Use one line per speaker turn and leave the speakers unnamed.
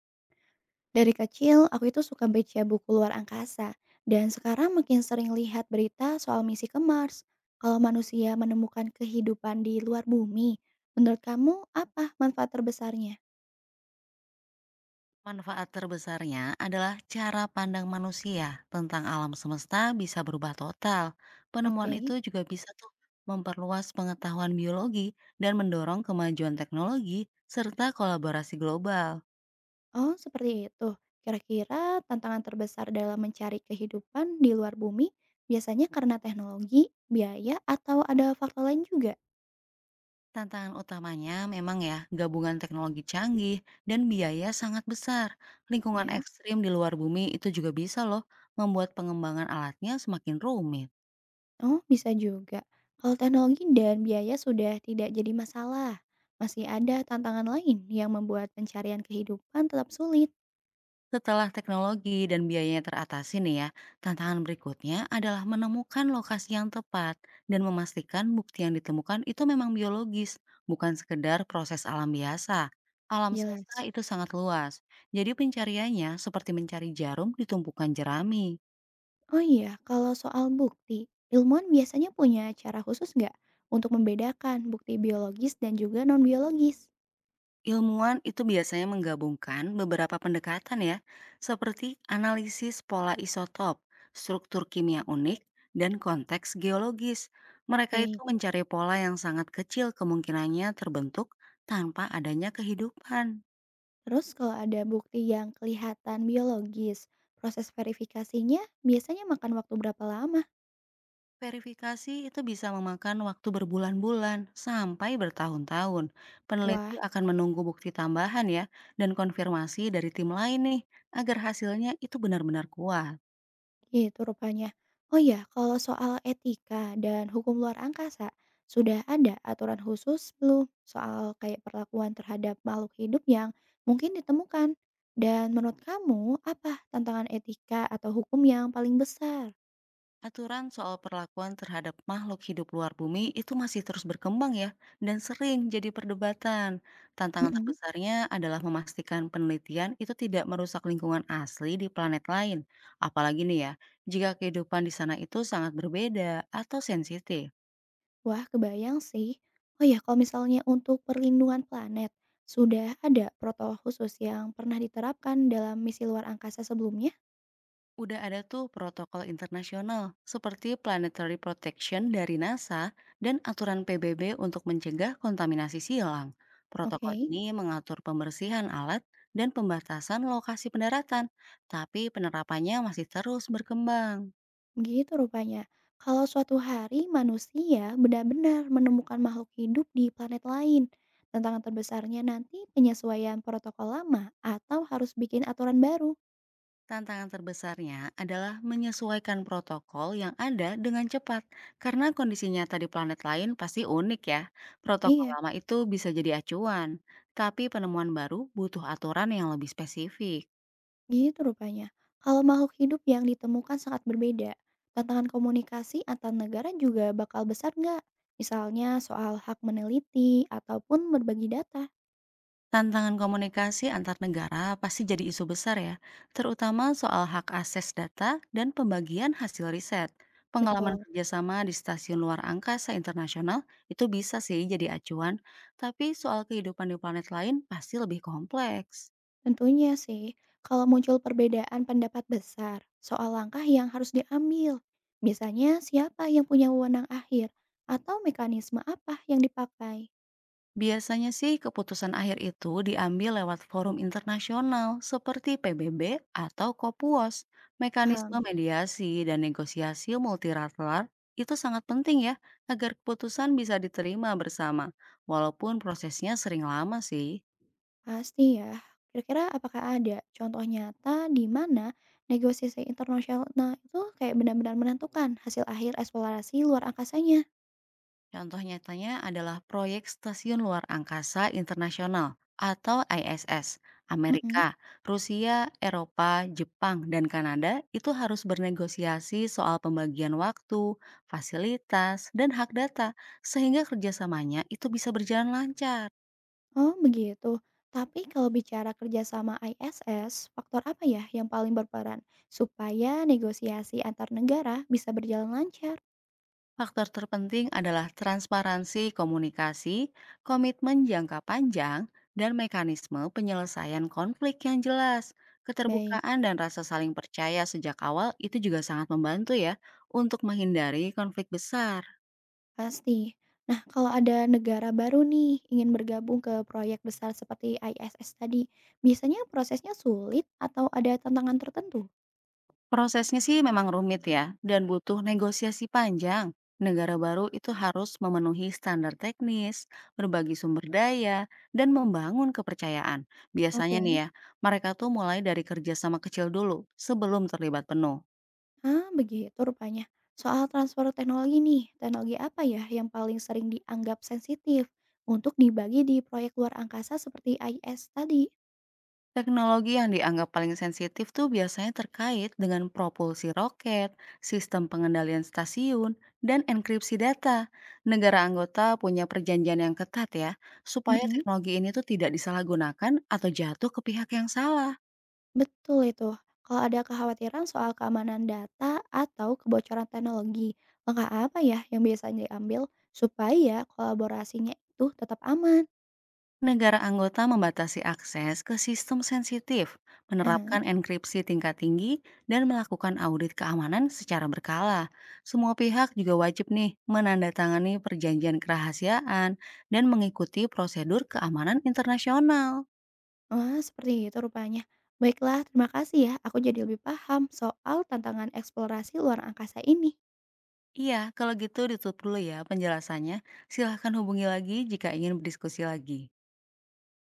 Dari kecil, aku itu suka baca buku luar angkasa, dan sekarang makin sering lihat berita soal misi ke Mars. Kalau manusia menemukan kehidupan di luar bumi, menurut kamu apa manfaat terbesarnya?
Manfaat terbesarnya adalah cara pandang manusia tentang alam semesta bisa berubah total. Penemuan itu
Oke,
juga bisa tuh memperluas pengetahuan biologi dan mendorong kemajuan teknologi serta kolaborasi global.
oh seperti itu. Kira-kira tantangan terbesar dalam mencari kehidupan di luar bumi biasanya karena teknologi, biaya, atau ada faktor lain juga?
Tantangan utamanya memang ya gabungan teknologi canggih dan biaya sangat besar. Lingkungan
Ya.
ekstrim di luar bumi itu juga bisa loh membuat pengembangan alatnya semakin rumit.
Oh, bisa juga. Kalau teknologi dan biaya sudah tidak jadi masalah, masih ada tantangan lain yang membuat pencarian kehidupan tetap sulit.
Setelah teknologi dan biayanya teratasi nih ya, tantangan berikutnya adalah menemukan lokasi yang tepat dan memastikan bukti yang ditemukan itu memang biologis, bukan sekedar proses alam biasa. Alam semesta
Jelas.
itu sangat luas, jadi pencariannya seperti mencari jarum di tumpukan jerami.
Oh iya, kalau soal bukti, ilmuwan biasanya punya cara khusus nggak untuk membedakan bukti biologis dan juga non-biologis?
Ilmuwan itu biasanya menggabungkan beberapa pendekatan ya, seperti analisis pola isotop, struktur kimia unik, dan konteks geologis. Mereka itu
Baik.
mencari pola yang sangat kecil kemungkinannya terbentuk tanpa adanya kehidupan.
Terus kalau ada bukti yang kelihatan biologis, proses verifikasinya biasanya makan waktu berapa lama?
Verifikasi itu bisa memakan waktu berbulan-bulan sampai bertahun-tahun. Peneliti
Wah,
akan menunggu bukti tambahan ya, dan konfirmasi dari tim lain nih, agar hasilnya itu benar-benar kuat.
gitu rupanya. Oh ya, kalau soal etika dan hukum luar angkasa, sudah ada aturan khusus belum soal kayak perlakuan terhadap makhluk hidup yang mungkin ditemukan? Dan menurut kamu, apa tantangan etika atau hukum yang paling besar?
Aturan soal perlakuan terhadap makhluk hidup luar bumi itu masih terus berkembang ya, dan sering jadi perdebatan. Tantangan
Mm-mm.
terbesarnya adalah memastikan penelitian itu tidak merusak lingkungan asli di planet lain. Apalagi nih ya, jika kehidupan di sana itu sangat berbeda atau sensitif.
Wah, kebayang sih. Oh ya, kalau misalnya untuk perlindungan planet, sudah ada protokol khusus yang pernah diterapkan dalam misi luar angkasa sebelumnya?
Udah ada tuh protokol internasional seperti Planetary Protection dari NASA dan aturan PBB untuk mencegah kontaminasi silang. Protokol
Oke.
ini mengatur pembersihan alat dan pembatasan lokasi pendaratan, tapi penerapannya masih terus berkembang.
Begitu rupanya. Kalau suatu hari manusia benar-benar menemukan makhluk hidup di planet lain, tantangan terbesarnya nanti penyesuaian protokol lama atau harus bikin aturan baru.
Tantangan terbesarnya adalah menyesuaikan protokol yang ada dengan cepat, karena kondisi nyata di planet lain pasti unik ya. Protokol
Iya,
lama itu bisa jadi acuan, tapi penemuan baru butuh aturan yang lebih spesifik.
gitu rupanya. Kalau makhluk hidup yang ditemukan sangat berbeda, tantangan komunikasi antar negara juga bakal besar nggak? Misalnya soal hak meneliti ataupun berbagi data.
Tantangan komunikasi antar negara pasti jadi isu besar ya, terutama soal hak akses data dan pembagian hasil riset. Pengalaman
Betul.
kerjasama di stasiun luar angkasa internasional itu bisa sih jadi acuan, tapi soal kehidupan di planet lain pasti lebih kompleks.
Tentunya sih, kalau muncul perbedaan pendapat besar soal langkah yang harus diambil, biasanya siapa yang punya wewenang akhir atau mekanisme apa yang dipakai?
Biasanya sih keputusan akhir itu diambil lewat forum internasional seperti PBB atau KOPUOS. Mekanisme
Paham,
mediasi dan negosiasi multilateral itu sangat penting ya agar keputusan bisa diterima bersama, walaupun prosesnya sering lama sih.
pasti ya. Kira-kira apakah ada contoh nyata di mana negosiasi internasional itu kayak benar-benar menentukan hasil akhir eksplorasi luar angkasanya?
Contoh nyatanya adalah proyek Stasiun Luar Angkasa Internasional atau ISS.
Mm.
Amerika, Rusia, Eropa, Jepang, dan Kanada itu harus bernegosiasi soal pembagian waktu, fasilitas, dan hak data sehingga kerjasamanya itu bisa berjalan lancar.
Oh, begitu. Tapi kalau bicara kerjasama ISS, faktor apa ya yang paling berperan supaya negosiasi antar negara bisa berjalan lancar?
Faktor terpenting adalah transparansi komunikasi, komitmen jangka panjang, dan mekanisme penyelesaian konflik yang jelas.
Baik,
Keterbukaan dan rasa saling percaya sejak awal itu juga sangat membantu ya untuk menghindari konflik besar.
pasti. Nah, kalau ada negara baru nih ingin bergabung ke proyek besar seperti ISS tadi, biasanya prosesnya sulit atau ada tantangan tertentu?
Prosesnya sih memang rumit ya, dan butuh negosiasi panjang. Negara baru itu harus memenuhi standar teknis, berbagi sumber daya, dan membangun kepercayaan. Biasanya
Oke.
nih ya, mereka tuh mulai dari kerjasama kecil dulu sebelum terlibat penuh.
Ah, begitu rupanya. Soal transfer teknologi nih, teknologi apa ya yang paling sering dianggap sensitif untuk dibagi di proyek luar angkasa seperti IS tadi?
Teknologi yang dianggap paling sensitif tuh biasanya terkait dengan propulsi roket, sistem pengendalian stasiun, dan enkripsi data. Negara anggota punya perjanjian yang ketat ya, supaya
Mm-mm,
teknologi ini tuh tidak disalahgunakan atau jatuh ke pihak yang salah.
betul itu. Kalau ada kekhawatiran soal keamanan data atau kebocoran teknologi, langkah apa ya yang biasanya diambil supaya kolaborasinya itu tetap aman?
Negara anggota membatasi akses ke sistem sensitif,
Aha.
menerapkan enkripsi tingkat tinggi, dan melakukan audit keamanan secara berkala. Semua pihak juga wajib nih menandatangani perjanjian kerahasiaan dan mengikuti prosedur keamanan internasional.
Wah, seperti itu rupanya. Baiklah, terima kasih ya. Aku jadi lebih paham soal tantangan eksplorasi luar angkasa ini.
Iya, kalau gitu ditutup dulu ya penjelasannya. Silahkan hubungi lagi jika ingin berdiskusi lagi.